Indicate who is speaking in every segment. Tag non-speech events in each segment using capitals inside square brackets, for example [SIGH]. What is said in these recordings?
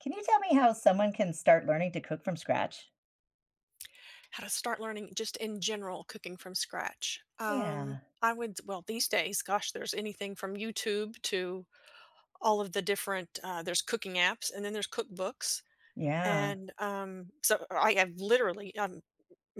Speaker 1: Can you tell me how someone can start learning to cook from scratch?
Speaker 2: How to start learning just in general cooking from scratch.
Speaker 1: Yeah.
Speaker 2: I would, well, these days, gosh, there's anything from YouTube to all of the different, there's cooking apps, and then there's cookbooks.
Speaker 1: Yeah.
Speaker 2: And so I have literally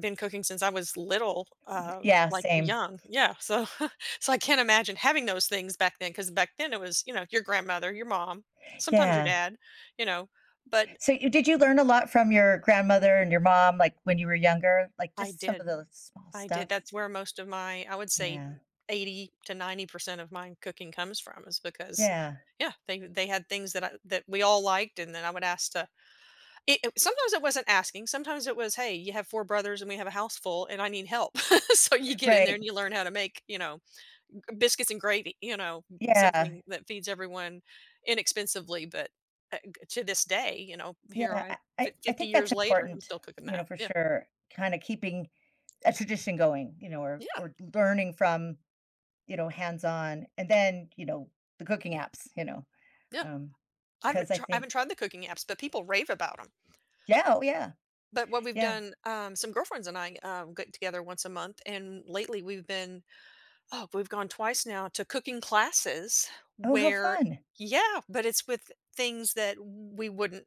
Speaker 2: been cooking since I was little,
Speaker 1: Yeah,
Speaker 2: like
Speaker 1: same.
Speaker 2: young. Yeah. So, [LAUGHS] so I can't imagine having those things back then, because back then it was, you know, your grandmother, your mom, sometimes your
Speaker 1: Yeah.
Speaker 2: dad, you know, but
Speaker 1: So you did you learn a lot from your grandmother and your mom, like, when you were younger? Like,
Speaker 2: I
Speaker 1: just some
Speaker 2: did.
Speaker 1: of the small
Speaker 2: I did.
Speaker 1: stuff?
Speaker 2: That's where most of my, I would say,
Speaker 1: Yeah.
Speaker 2: 80 to 90% of my cooking comes from, is because,
Speaker 1: Yeah.
Speaker 2: yeah, they had things that I, that we all liked, and then I would ask to. Sometimes it wasn't asking. Sometimes it was, hey, you have four brothers and we have a house full, and I need help. [LAUGHS] So you get in there
Speaker 1: Right.
Speaker 2: and you learn how to make, you know, biscuits and gravy. You know,
Speaker 1: Yeah.
Speaker 2: something that feeds everyone inexpensively, but to this day, you know, here
Speaker 1: Yeah.
Speaker 2: I
Speaker 1: I I I
Speaker 2: fifty
Speaker 1: think that's
Speaker 2: years later, and I'm
Speaker 1: important,
Speaker 2: still cooking that.
Speaker 1: for
Speaker 2: Yeah,
Speaker 1: sure, kinda keeping a tradition going, or
Speaker 2: yeah,
Speaker 1: or learning from, hands-on, and then, the cooking apps. you know,
Speaker 2: yeah.
Speaker 1: Um, because I
Speaker 2: I haven't tried
Speaker 1: think.
Speaker 2: the cooking apps, but people rave about them.
Speaker 1: Yeah, oh, yeah.
Speaker 2: But what we've
Speaker 1: Yeah.
Speaker 2: done, some girlfriends and I, get together once a month, and lately we've been oh, we've gone twice now to cooking classes
Speaker 1: Oh, how
Speaker 2: where
Speaker 1: fun.
Speaker 2: yeah, but it's with things that we wouldn't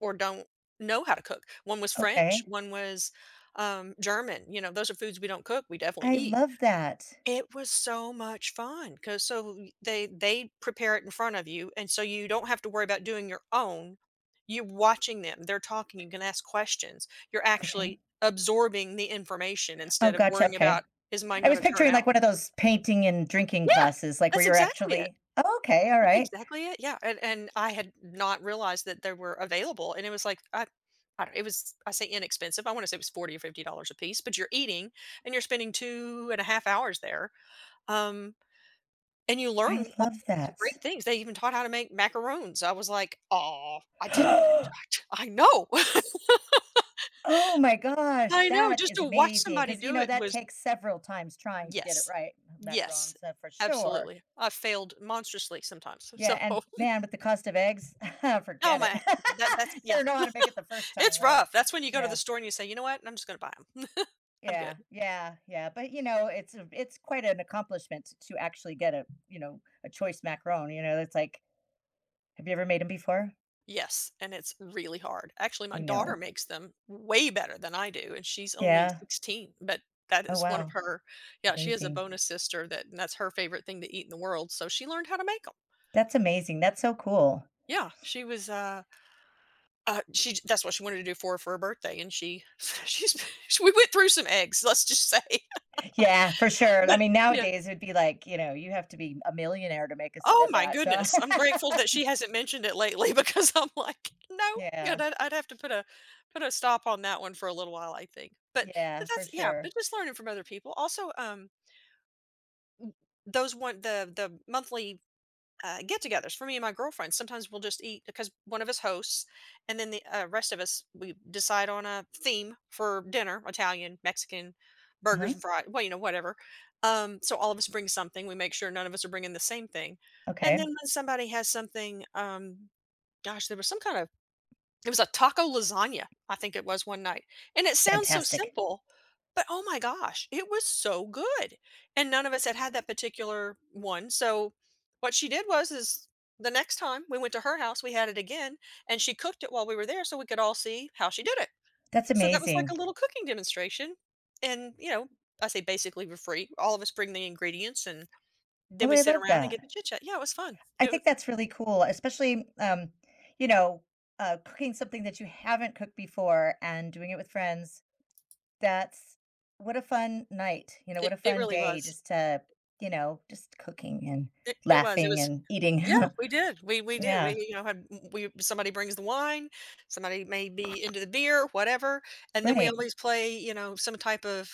Speaker 2: or don't know how to cook. One was French,
Speaker 1: Okay.
Speaker 2: one was, German. You know, those are foods we don't cook, we definitely
Speaker 1: I
Speaker 2: eat.
Speaker 1: love that.
Speaker 2: It was so much fun, cause so y they prepare it in front of you, and so you don't have to worry about doing your own. You're watching them, they're talking, you can ask questions. You're
Speaker 1: Okay.
Speaker 2: actually absorbing the information
Speaker 1: Oh,
Speaker 2: instead of
Speaker 1: gotcha,
Speaker 2: worrying
Speaker 1: okay.
Speaker 2: about, "Is mine
Speaker 1: I was
Speaker 2: gonna turn
Speaker 1: picturing, like,
Speaker 2: out?"
Speaker 1: one of those painting and drinking
Speaker 2: Yeah,
Speaker 1: classes, like, where
Speaker 2: that's
Speaker 1: you're
Speaker 2: exactly it.
Speaker 1: actually. Oh, okay,
Speaker 2: That's
Speaker 1: alright.
Speaker 2: exactly it, yeah, and I had not realized that they were available, and it was like, I don't it was I say inexpensive, I wanna say it was 40 or $50 a piece, but you're eating, and you're spending 2.5 hours there, um and you
Speaker 1: I
Speaker 2: learn all
Speaker 1: love
Speaker 2: these
Speaker 1: that.
Speaker 2: great things. They even taught how to make macaroons. I was like, "Oh, I didn't
Speaker 1: [GASPS]
Speaker 2: [LAUGHS] I know." [LAUGHS]
Speaker 1: Oh my gosh,
Speaker 2: I know,
Speaker 1: that
Speaker 2: just
Speaker 1: is
Speaker 2: to watch
Speaker 1: amazing.
Speaker 2: somebody
Speaker 1: Because you
Speaker 2: do
Speaker 1: know,
Speaker 2: it
Speaker 1: that
Speaker 2: was
Speaker 1: takes several times trying to get it
Speaker 2: yes.
Speaker 1: right, m
Speaker 2: Yes,
Speaker 1: macarons, for sure.
Speaker 2: absolutely. I failed monstrously sometimes. So,
Speaker 1: Yeah, and,
Speaker 2: [LAUGHS]
Speaker 1: man, with the cost of eggs, [LAUGHS]
Speaker 2: oh
Speaker 1: forget it.
Speaker 2: my,
Speaker 1: [LAUGHS]
Speaker 2: that's
Speaker 1: You
Speaker 2: yeah.
Speaker 1: better know how to make it the first time
Speaker 2: It's
Speaker 1: right.
Speaker 2: rough. That's when you go to the
Speaker 1: Yeah.
Speaker 2: store and you say, "You know what? I'm just gonna buy them. 'Em. I'm good."
Speaker 1: Yeah, yeah, yeah, but, you know, it's a it's quite an accomplishment to actually get a choice macaron, it's like, have you ever made them before?
Speaker 2: Yes, and it's really hard. Actually, my
Speaker 1: I
Speaker 2: daughter
Speaker 1: know.
Speaker 2: makes them way better than I do, and she's only
Speaker 1: Yeah?
Speaker 2: 16, but that
Speaker 1: Oh,
Speaker 2: is one of
Speaker 1: wow.
Speaker 2: her. Yeah, she has a
Speaker 1: Amazing.
Speaker 2: bonus sister that, and that's her favorite thing to eat in the world, so she learned how to make them.
Speaker 1: That's amazing, that's so cool.
Speaker 2: Yeah, she was, she j that's what she wanted to do for her birthday, and she [LAUGHS] she's [LAUGHS] we went through some eggs, let's just say,
Speaker 1: Yeah, for
Speaker 2: [LAUGHS]
Speaker 1: sure, I
Speaker 2: but
Speaker 1: mean,
Speaker 2: yeah.
Speaker 1: nowadays, it'd be like, you know, you have to be a millionaire to make a s
Speaker 2: Oh
Speaker 1: a
Speaker 2: my
Speaker 1: batch, huh?
Speaker 2: goodness. I'm grateful that
Speaker 1: [LAUGHS]
Speaker 2: she hasn't mentioned it lately [LAUGHS] because I'm like, no, yeah,
Speaker 1: Yeah,
Speaker 2: that- I'd have to put a put a stop on that one for a little while, I think. But
Speaker 1: yeah, for
Speaker 2: that's yeah,
Speaker 1: sure.
Speaker 2: but just learning from other people. Also, those one the monthly get-togethers for me and my girlfriends. Sometimes we'll just eat because one of us hosts, and then the rest of us we decide on a theme for dinner: Italian, Mexican, burgers
Speaker 1: Uh-huh,
Speaker 2: and fries. Well, you know, whatever. So all of us bring something. We make sure none of us are bringing the same thing. And then
Speaker 1: okay,
Speaker 2: when somebody has something, gosh, there was some kind of it was a taco lasagna, I think it was one night, and it sounds so
Speaker 1: fantastic.
Speaker 2: simple, but oh my gosh, it was so good, and none of us had had that particular one. So what she did was is the next time we went to her house, we had it again, and she cooked it while we were there so we could all see how she did it.
Speaker 1: That's
Speaker 2: So that was like a
Speaker 1: amazing.
Speaker 2: little cooking demonstration, and, you know, I say basically for free. All of us bring the ingredients, and then
Speaker 1: Well,
Speaker 2: we
Speaker 1: I
Speaker 2: sit
Speaker 1: love
Speaker 2: around and get
Speaker 1: that.
Speaker 2: to chit-chat. Yeah, it was fun.
Speaker 1: I think that's really cool, especially, you know, cooking something that you haven't cooked before and doing it with friends. That's what a fun night, what a
Speaker 2: It
Speaker 1: fun
Speaker 2: really
Speaker 1: day
Speaker 2: was.
Speaker 1: just to, just cooking and
Speaker 2: It was. It
Speaker 1: laughing
Speaker 2: was
Speaker 1: and eating.
Speaker 2: yeah,
Speaker 1: [LAUGHS]
Speaker 2: we did. We did. We,
Speaker 1: Yeah,
Speaker 2: you know, had we somebody brings the wine, somebody may be into the beer, whatever, and then we
Speaker 1: right.
Speaker 2: always play, you know, some type of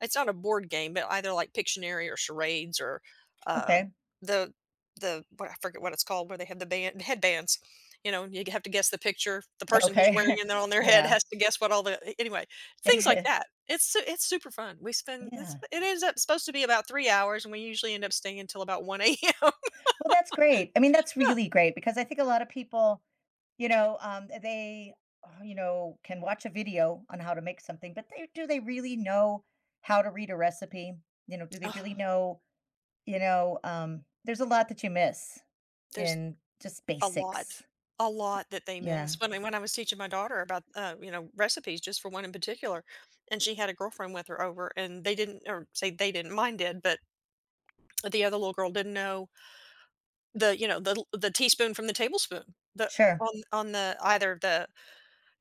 Speaker 2: it's not a board game, but either like Pictionary or charades or uh,
Speaker 1: Okay.
Speaker 2: the the what, I forget what it's called where they have the band headbands. You know, you have to guess the picture. The person who's wearing
Speaker 1: Okay.
Speaker 2: it on
Speaker 1: [LAUGHS]
Speaker 2: their head
Speaker 1: Yeah.
Speaker 2: has to guess what all the anyway things
Speaker 1: [LAUGHS]
Speaker 2: like
Speaker 1: Yeah.
Speaker 2: that. It's super fun. It ends up supposed to be about 3 hours, and we usually end up staying until about one a.m.
Speaker 1: Well, that's great. I mean, that's
Speaker 2: Yeah.
Speaker 1: really great because I think a lot of people. They, can watch a video on how to make something, but do they really know how to read a recipe? Do they really
Speaker 2: [LAUGHS]
Speaker 1: know? There's a lot that you miss
Speaker 2: There's
Speaker 1: in just
Speaker 2: a lot,
Speaker 1: basics.
Speaker 2: a lot that they
Speaker 1: Yeah,
Speaker 2: miss. When I was teaching my daughter about, you know, recipes just for one in particular, and she had a girlfriend with her over, and they didn't or say they didn't, mine did, but the other little girl didn't know the, you know, the teaspoon from the tablespoon. The
Speaker 1: sure.
Speaker 2: on the either the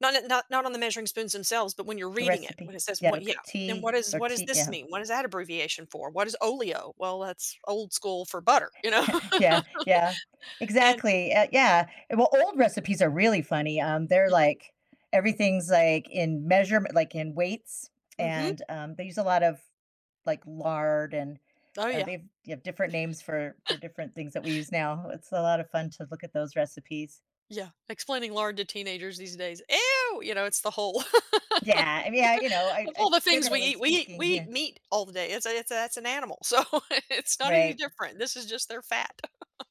Speaker 2: not not not on the measuring spoons themselves, but when you're
Speaker 1: The
Speaker 2: reading it,
Speaker 1: recipe.
Speaker 2: when it says
Speaker 1: Yeah,
Speaker 2: what yeah,
Speaker 1: with
Speaker 2: and
Speaker 1: tea
Speaker 2: what is
Speaker 1: or
Speaker 2: what does
Speaker 1: tea.
Speaker 2: this
Speaker 1: Yeah,
Speaker 2: mean? What is that abbreviation for? What is oleo? Well, that's old school for butter, you know?
Speaker 1: [LAUGHS]
Speaker 2: [LAUGHS]
Speaker 1: yeah, yeah.
Speaker 2: And
Speaker 1: Exactly. Yeah. Well, old recipes are really funny. They're
Speaker 2: yeah.
Speaker 1: like everything's like in measurement, like in weights,
Speaker 2: Mhm.
Speaker 1: and they use a lot of like lard and
Speaker 2: Oh, yeah.
Speaker 1: they've you have different names for different things that we use now. It's a lot of fun to look at those recipes.
Speaker 2: Yeah, explaining lard to teenagers these days. "Ew!" You know, it's the whole [LAUGHS]
Speaker 1: Yeah, I mean, yeah, you know, I,
Speaker 2: of all
Speaker 1: I
Speaker 2: the things we
Speaker 1: generally
Speaker 2: eat, we eat
Speaker 1: speaking,
Speaker 2: we eat
Speaker 1: yeah,
Speaker 2: meat all the day. It's a that's an animal, so [LAUGHS] it's not any
Speaker 1: right,
Speaker 2: different. This is just their fat.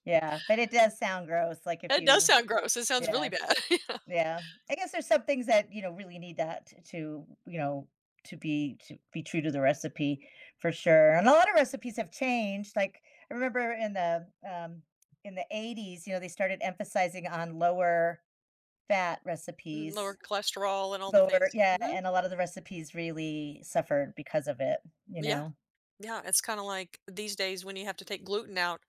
Speaker 1: yeah, but it does sound gross. Like if
Speaker 2: It does
Speaker 1: you,
Speaker 2: sound gross. It sounds really
Speaker 1: yeah,
Speaker 2: bad. [LAUGHS] Yeah.
Speaker 1: yeah, I guess there's some things that you know really need that to you know to be true to the recipe for sure. And a lot of recipes have changed. Like I remember in the 80s, you know, they started emphasizing on lower fat
Speaker 2: Mm, lower
Speaker 1: recipes,
Speaker 2: cholesterol and all the
Speaker 1: lower
Speaker 2: things.
Speaker 1: yeah,
Speaker 2: Mhm.
Speaker 1: and a lot of the recipes really suffered because of it, you
Speaker 2: Yeah.
Speaker 1: know?
Speaker 2: Yeah, it's kinda like these days when you have to take gluten out,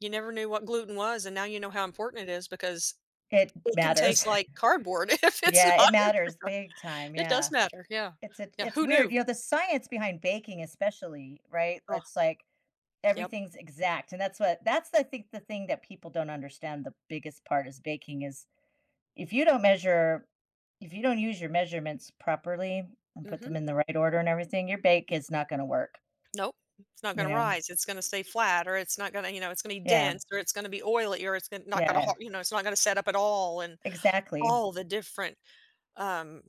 Speaker 2: you never knew what gluten was, and now you know how important it is because
Speaker 1: It
Speaker 2: it can
Speaker 1: matters.
Speaker 2: taste
Speaker 1: [LAUGHS]
Speaker 2: like cardboard [LAUGHS] if it's
Speaker 1: Yeah, it
Speaker 2: not in
Speaker 1: matters
Speaker 2: there.
Speaker 1: big time,
Speaker 2: It does
Speaker 1: yeah.
Speaker 2: matter, yeah.
Speaker 1: It's a
Speaker 2: Yeah,
Speaker 1: it's
Speaker 2: who
Speaker 1: weird,
Speaker 2: knew?
Speaker 1: you know, the science behind baking especially, right?
Speaker 2: Oh,
Speaker 1: It's like
Speaker 2: yep.
Speaker 1: everything's exact, and that's what that's I think the thing that people don't understand the biggest part is baking is if you don't measure if you don't use your measurements properly and put
Speaker 2: Mhm.
Speaker 1: them in the right order and everything, your bake is not gonna work,
Speaker 2: Nope. It's not
Speaker 1: you
Speaker 2: gonna
Speaker 1: know?
Speaker 2: rise. It's gonna stay flat, or it's not gonna, you know, it's gonna be
Speaker 1: Yeah,
Speaker 2: dense, or it's gonna be oily, or it's gon not gonna,
Speaker 1: yeah.
Speaker 2: you know, it's not gonna set up at all, and
Speaker 1: Exactly.
Speaker 2: all the different, um,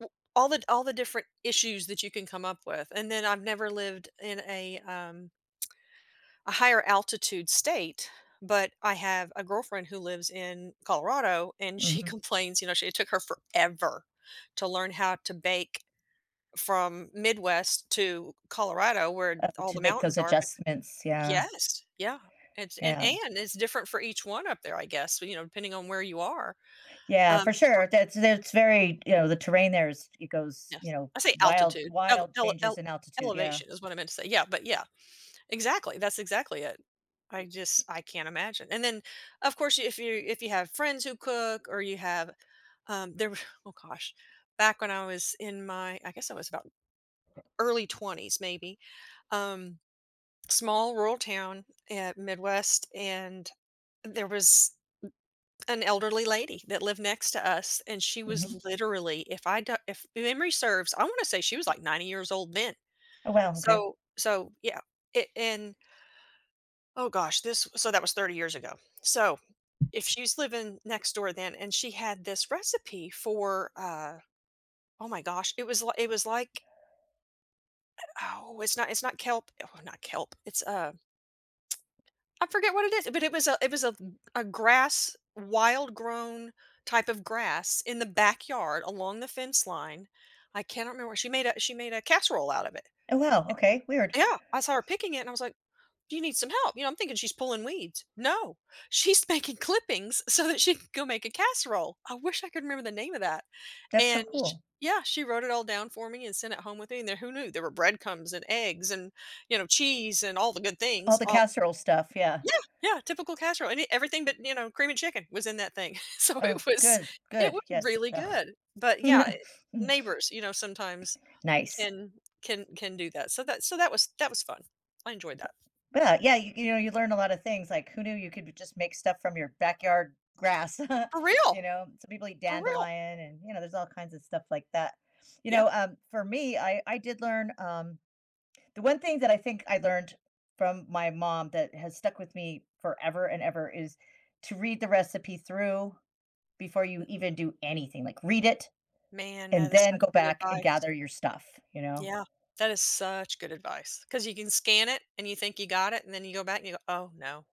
Speaker 2: w all the different issues that you can come up with. And then I've never lived in a higher altitude state, but I have a girlfriend who lives in Colorado, and she [LAUGHS]
Speaker 1: Mhm.
Speaker 2: complains, you know, she it took her forever to learn how to bake from Midwest to Colorado where
Speaker 1: Oh,
Speaker 2: all
Speaker 1: to
Speaker 2: the
Speaker 1: make
Speaker 2: mountains
Speaker 1: those
Speaker 2: are bec
Speaker 1: adjustments, yeah,
Speaker 2: yes, yeah. It's and
Speaker 1: yeah.
Speaker 2: and it's different for each one up there, I guess, you know, depending on where you are.
Speaker 1: Yeah,
Speaker 2: Um,
Speaker 1: for sure, that's very, you know, the terrain there is it goes, you
Speaker 2: yes.
Speaker 1: know,
Speaker 2: I say altitude,
Speaker 1: wild changes in altitude, yeah.
Speaker 2: elevation is what I meant to say. Yeah, but yeah, exactly, that's exactly it. I can't imagine. And then, of course, if you have friends who cook, or you have, there [LAUGHS] oh gosh, back when I was in my, I guess I was about early 20s maybe, um small rural town at Midwest, and there was an elderly lady that lived next to us, and she
Speaker 1: Mhm.
Speaker 2: was literally, if I do, if memory serves, I want to say she was like 90 years old then.
Speaker 1: Oh, wow, okay.
Speaker 2: So, so yeah, it, and oh gosh, this so that was 30 years ago. So if she's living next door then, and she had this recipe for, oh my gosh, it was like, oh, it's not kelp, oh, not kelp, it's I forget what it is, but it was a grass, wild grown type of grass in the backyard along the fence line. I cannot remember. She made a casserole out of it.
Speaker 1: Oh, wow, okay, weird.
Speaker 2: Yeah, I saw her picking it, and I was like, "Do you need some help?" You know, I'm thinking she's pulling weeds. No, [LAUGHS] she's making clippings so that she can go make a casserole. I wish I could remember the name of that.
Speaker 1: That's so
Speaker 2: And sh
Speaker 1: cool.
Speaker 2: yeah, she wrote it all down for me and sent it home with me. And there, who knew there were breadcrumbs and eggs and cheese and all the good
Speaker 1: All
Speaker 2: things
Speaker 1: the
Speaker 2: all
Speaker 1: casserole stuff, yeah.
Speaker 2: yeah, yeah, typical casserole, and e everything but, cream and chicken was in that thing. [LAUGHS] So
Speaker 1: Oh, good,
Speaker 2: it was
Speaker 1: good, yes,
Speaker 2: really
Speaker 1: ugh.
Speaker 2: good. But yeah,
Speaker 1: [LAUGHS]
Speaker 2: neighbors, you know, sometimes
Speaker 1: Nice.
Speaker 2: can can do that. So that was that was fun. I enjoyed that.
Speaker 1: Well, yeah, you learn a lot of things. Like, who knew you could just make stuff from your backyard grass?
Speaker 2: For
Speaker 1: [LAUGHS] you
Speaker 2: real,
Speaker 1: know, some people eat
Speaker 2: for real.
Speaker 1: dandelion, and you know, there's all kinds of stuff like that. You
Speaker 2: Yeah.
Speaker 1: know, um, for me, I did learn the one thing that I think I learned from my mom that has stuck with me forever and ever is to read the recipe through before you even do anything. Like, read it
Speaker 2: Man, that
Speaker 1: and
Speaker 2: is
Speaker 1: then
Speaker 2: such
Speaker 1: go
Speaker 2: good
Speaker 1: back and
Speaker 2: advice.
Speaker 1: gather your stuff. You know.
Speaker 2: Yeah, that is such good advice because you can scan it and you think you got it, and then you go back and you go, "Oh, no."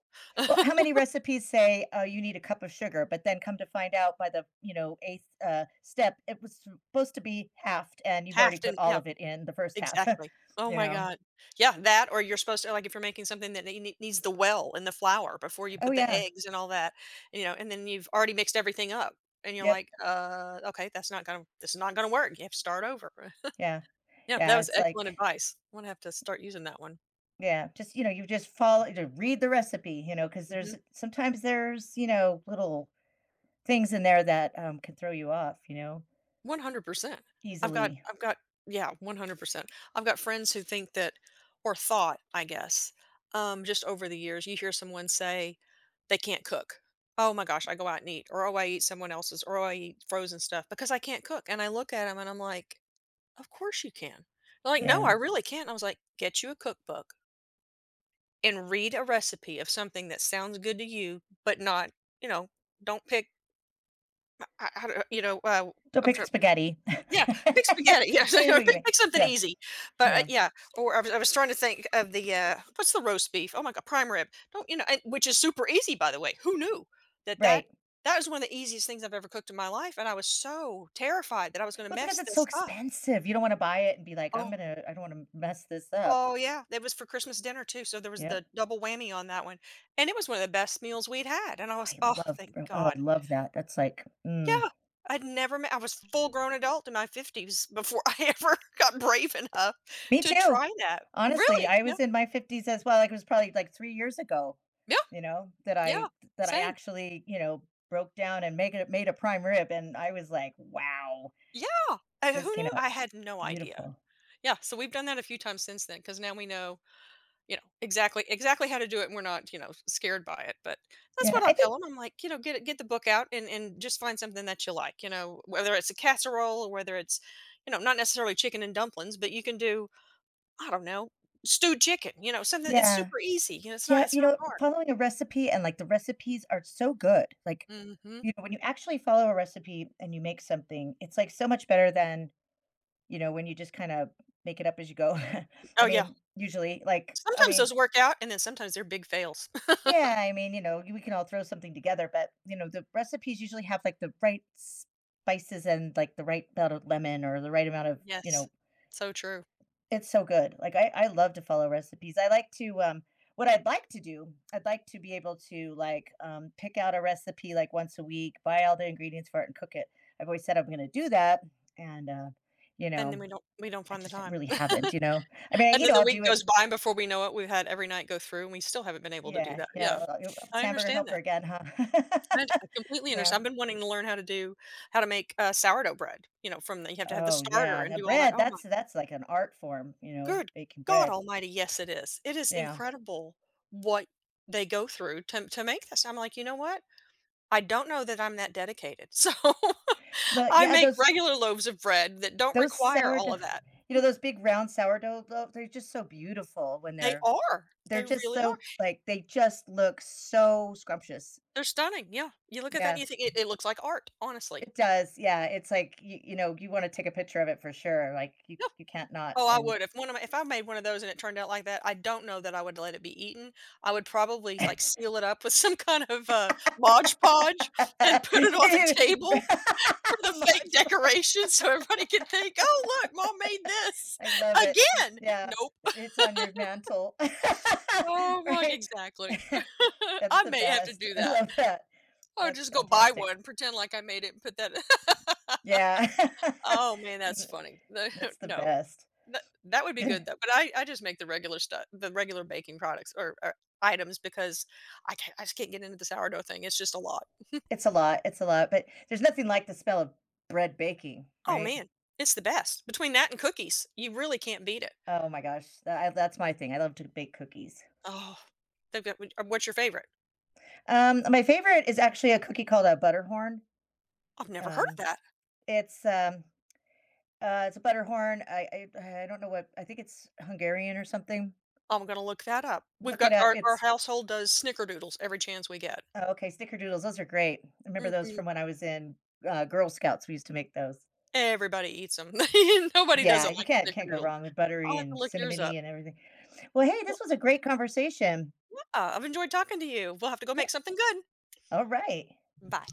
Speaker 1: Well, how
Speaker 2: [LAUGHS]
Speaker 1: many recipes say you need a cup of sugar, but then come to find out by the eighth step, it was supposed to be halved, and you've
Speaker 2: have
Speaker 1: already put
Speaker 2: to.
Speaker 1: all
Speaker 2: Yeah.
Speaker 1: of it in the first half.
Speaker 2: Exactly.
Speaker 1: [LAUGHS]
Speaker 2: Oh
Speaker 1: you
Speaker 2: my
Speaker 1: know?
Speaker 2: god. Yeah, that or you're supposed to like, if you're making something that ne needs the well and the flour before you
Speaker 1: Oh
Speaker 2: put the
Speaker 1: yeah,
Speaker 2: eggs and all that, you know, and then you've already mixed everything up, and you're
Speaker 1: yep,
Speaker 2: like, " okay, that's not gonna this is not gonna work. You have to start over." [LAUGHS]
Speaker 1: yeah,
Speaker 2: Yeah, that
Speaker 1: yeah.
Speaker 2: was
Speaker 1: It's
Speaker 2: excellent
Speaker 1: like
Speaker 2: advice. I'm gonna have to start using that one.
Speaker 1: yeah, just you just follow to read the recipe, because
Speaker 2: Mhm.
Speaker 1: there's sometimes there's little things in there that can throw you off,
Speaker 2: 100%. I've got
Speaker 1: easily.
Speaker 2: I've got yeah, 100%. I've got friends who think that or thought, I guess, just over the years, you hear someone say they can't cook. Oh my gosh, I go out and eat, or oh, I eat someone else's, or oh, I eat frozen stuff because I can't cook. And I look at them and I'm like, of course you can. They're like, no, I
Speaker 1: Yeah,
Speaker 2: really can't. I was like, get you a cookbook and read a recipe of something that sounds good to you, but not, you know, don't pick, I, don't- you know,
Speaker 1: don't
Speaker 2: I'm
Speaker 1: pick
Speaker 2: trying
Speaker 1: spaghetti.
Speaker 2: yeah,
Speaker 1: [LAUGHS]
Speaker 2: big spaghetti, yeah, [LAUGHS] or
Speaker 1: Anyway,
Speaker 2: pick something
Speaker 1: yeah,
Speaker 2: easy, but,
Speaker 1: yeah,
Speaker 2: yeah, or I was trying to think of the, what's the roast beef? Oh my god, prime rib, don't you know and which is super easy, by the way, who knew that
Speaker 1: right.
Speaker 2: that was one of the easiest things I've ever cooked in my life, and I was so terrified that I was gonna
Speaker 1: Well, because
Speaker 2: mess
Speaker 1: it's so
Speaker 2: this up.
Speaker 1: expensive, you don't wanna buy it and be like,
Speaker 2: Oh
Speaker 1: I don't wanna mess this up."
Speaker 2: oh, yeah, that was for Christmas dinner too, so there was
Speaker 1: Yep.
Speaker 2: the double whammy on that one, and it was one of the best meals we'd had, and I was,
Speaker 1: I
Speaker 2: "Oh,
Speaker 1: love
Speaker 2: thank
Speaker 1: oh,
Speaker 2: god."
Speaker 1: I love that. That's like mm.
Speaker 2: Yeah, I'd never met I was full-grown adult in my 50s before I ever [LAUGHS] got brave enough
Speaker 1: Me
Speaker 2: to
Speaker 1: too.
Speaker 2: try that.
Speaker 1: Honestly,
Speaker 2: Really,
Speaker 1: I
Speaker 2: yeah,
Speaker 1: was in my 50s as well, like, it was probably, like, 3 years ago,
Speaker 2: yeah,
Speaker 1: you know, that
Speaker 2: yeah,
Speaker 1: I that I
Speaker 2: same.
Speaker 1: actually, broke down and make it made a prime rib, and I was like, "Wow,
Speaker 2: Yeah, I who
Speaker 1: this came
Speaker 2: knew?
Speaker 1: out
Speaker 2: I had no idea.
Speaker 1: beautiful."
Speaker 2: Yeah, so we've done that a few times since then because now we know, you know, exactly how to do it, and we're not, you know, scared by it, but that's
Speaker 1: Yeah,
Speaker 2: what I'll
Speaker 1: I
Speaker 2: tell
Speaker 1: think
Speaker 2: them. 'Em, I'm like, you know, " get the book out and just find something that you like," you know, whether it's a casserole or whether it's, you know, not necessarily chicken and dumplings, but you can do I don't know, stewed chicken, you know, something it's
Speaker 1: yeah.
Speaker 2: super easy, you know,
Speaker 1: Yeah,
Speaker 2: it's not hard.
Speaker 1: following a recipe and, like, the recipes are so good, like,
Speaker 2: Mhm.
Speaker 1: when you actually follow a recipe and you make something, it's like so much better than, when you just kind of make it up as you go. [LAUGHS]
Speaker 2: Oh,
Speaker 1: I
Speaker 2: yeah.
Speaker 1: mean, usually, like, I
Speaker 2: Sometimes
Speaker 1: mean,
Speaker 2: those work out, and then sometimes they're big fails. [LAUGHS]
Speaker 1: yeah, I mean, we can all throw something together, but, the recipes usually have like the right spices and like the right amount of lemon or the right amount of.
Speaker 2: Yes. So true.
Speaker 1: It's so good. Like I love to follow recipes. What I'd like to do, I'd like to be able to, like, pick out a recipe, like, once a week, buy all the ingredients for it, and cook it. I've always said I'm gonna do that, and, you
Speaker 2: And then
Speaker 1: know,
Speaker 2: we don't
Speaker 1: I
Speaker 2: find the
Speaker 1: just
Speaker 2: time.
Speaker 1: really haven't, you know? I
Speaker 2: [LAUGHS]
Speaker 1: mean,
Speaker 2: And then the
Speaker 1: I'll
Speaker 2: week
Speaker 1: do it
Speaker 2: goes by, and before we know it, we've had every night go through, and we still haven't been able to do
Speaker 1: yeah,
Speaker 2: that. Yeah.
Speaker 1: yeah, you it's
Speaker 2: I
Speaker 1: hamburger
Speaker 2: understand
Speaker 1: helper
Speaker 2: that.
Speaker 1: again, huh?
Speaker 2: I
Speaker 1: [LAUGHS]
Speaker 2: completely
Speaker 1: Yeah.
Speaker 2: understand. I've been wanting to learn how to make, sourdough bread, you know, from the you have to have the
Speaker 1: Oh,
Speaker 2: starter
Speaker 1: yeah,
Speaker 2: and
Speaker 1: the
Speaker 2: do all that.
Speaker 1: bread,
Speaker 2: Oh my
Speaker 1: that's like an art form, you know,
Speaker 2: Good
Speaker 1: baking
Speaker 2: God
Speaker 1: bread.
Speaker 2: almighty, yes, it is. It is
Speaker 1: Yeah.
Speaker 2: incredible what they go through to make this. I'm like, "You know what? I don't know that I'm that dedicated." [LAUGHS] So,
Speaker 1: But,
Speaker 2: I
Speaker 1: yeah,
Speaker 2: make
Speaker 1: those
Speaker 2: regular loaves of bread that don't require all
Speaker 1: Sourdough,
Speaker 2: of that. Hmm.
Speaker 1: those big round sourdough loaf, they're just so beautiful when
Speaker 2: They are.
Speaker 1: they're
Speaker 2: They
Speaker 1: just
Speaker 2: really are.
Speaker 1: so, like, they just look so scrumptious.
Speaker 2: They're stunning, yeah. You look at that and
Speaker 1: Yeah,
Speaker 2: you think it looks like art, honestly.
Speaker 1: it does, yeah, it's like, you wanna take a picture of it for sure, like,
Speaker 2: Yeah.
Speaker 1: you can't not,
Speaker 2: Oh, I
Speaker 1: and
Speaker 2: would. If one of my if I made one of those and it turned out like that, I don't know that I would let it be eaten. I would
Speaker 1: [LAUGHS]
Speaker 2: probably,
Speaker 1: Mod
Speaker 2: like, seal it up with [LAUGHS] some kind of, Mod Podge and put it on the table for the fake decoration
Speaker 1: Podge.
Speaker 2: so everybody can think, "Oh, look, mom made this
Speaker 1: I love it.
Speaker 2: again."
Speaker 1: Yeah,
Speaker 2: Nope.
Speaker 1: it's on your mantle. [LAUGHS]
Speaker 2: Oh my,
Speaker 1: Right?
Speaker 2: exactly.
Speaker 1: [LAUGHS]
Speaker 2: [LAUGHS]
Speaker 1: That's
Speaker 2: I
Speaker 1: the
Speaker 2: may have to
Speaker 1: best.
Speaker 2: do
Speaker 1: I
Speaker 2: that.
Speaker 1: love that.
Speaker 2: Or
Speaker 1: That's
Speaker 2: just go buy
Speaker 1: fantastic.
Speaker 2: one, pretend like I made it and put that [LAUGHS]
Speaker 1: Yeah.
Speaker 2: Oh man,
Speaker 1: [LAUGHS]
Speaker 2: that's
Speaker 1: Th
Speaker 2: funny. The [LAUGHS]
Speaker 1: that's the
Speaker 2: no,
Speaker 1: best.
Speaker 2: that would be
Speaker 1: Yeah,
Speaker 2: good though, but I just make the regular stuff, the regular baking products or items because I just can't get into the sourdough thing. It's just a lot.
Speaker 1: it's a lot, but there's nothing like the smell of bread baking,
Speaker 2: Oh
Speaker 1: right?
Speaker 2: man, it's the best. Between that and cookies, you really can't beat it.
Speaker 1: Oh my gosh, that's my thing, I love to bake cookies.
Speaker 2: Oh, they've got what's your favorite?
Speaker 1: My favorite is actually a cookie called a Butterhorn.
Speaker 2: I've never heard of
Speaker 1: Um,
Speaker 2: that.
Speaker 1: it's, um, it's a Butterhorn, I don't know what I think it's Hungarian or something.
Speaker 2: I'm gonna look that up. We've
Speaker 1: Look
Speaker 2: got
Speaker 1: it up,
Speaker 2: our
Speaker 1: it's
Speaker 2: household does snickerdoodles every chance we get.
Speaker 1: oh, okay, Snickerdoodles, those are great. I remember those
Speaker 2: Mhm.
Speaker 1: from when I was in, Girl Scouts, we used to make those.
Speaker 2: Everybody eats them. [LAUGHS] Nobody
Speaker 1: Yeah,
Speaker 2: doesn't
Speaker 1: you
Speaker 2: like a
Speaker 1: can't go
Speaker 2: snickerdoodle.
Speaker 1: wrong with buttery
Speaker 2: I'll have to
Speaker 1: and
Speaker 2: look yours up.
Speaker 1: cinnamony and everything. Well, hey,
Speaker 2: Well,
Speaker 1: this was a great conversation.
Speaker 2: yeah, I've enjoyed talking to you. We'll have to go
Speaker 1: Yeah.
Speaker 2: make something good.
Speaker 1: All right.
Speaker 2: Bye.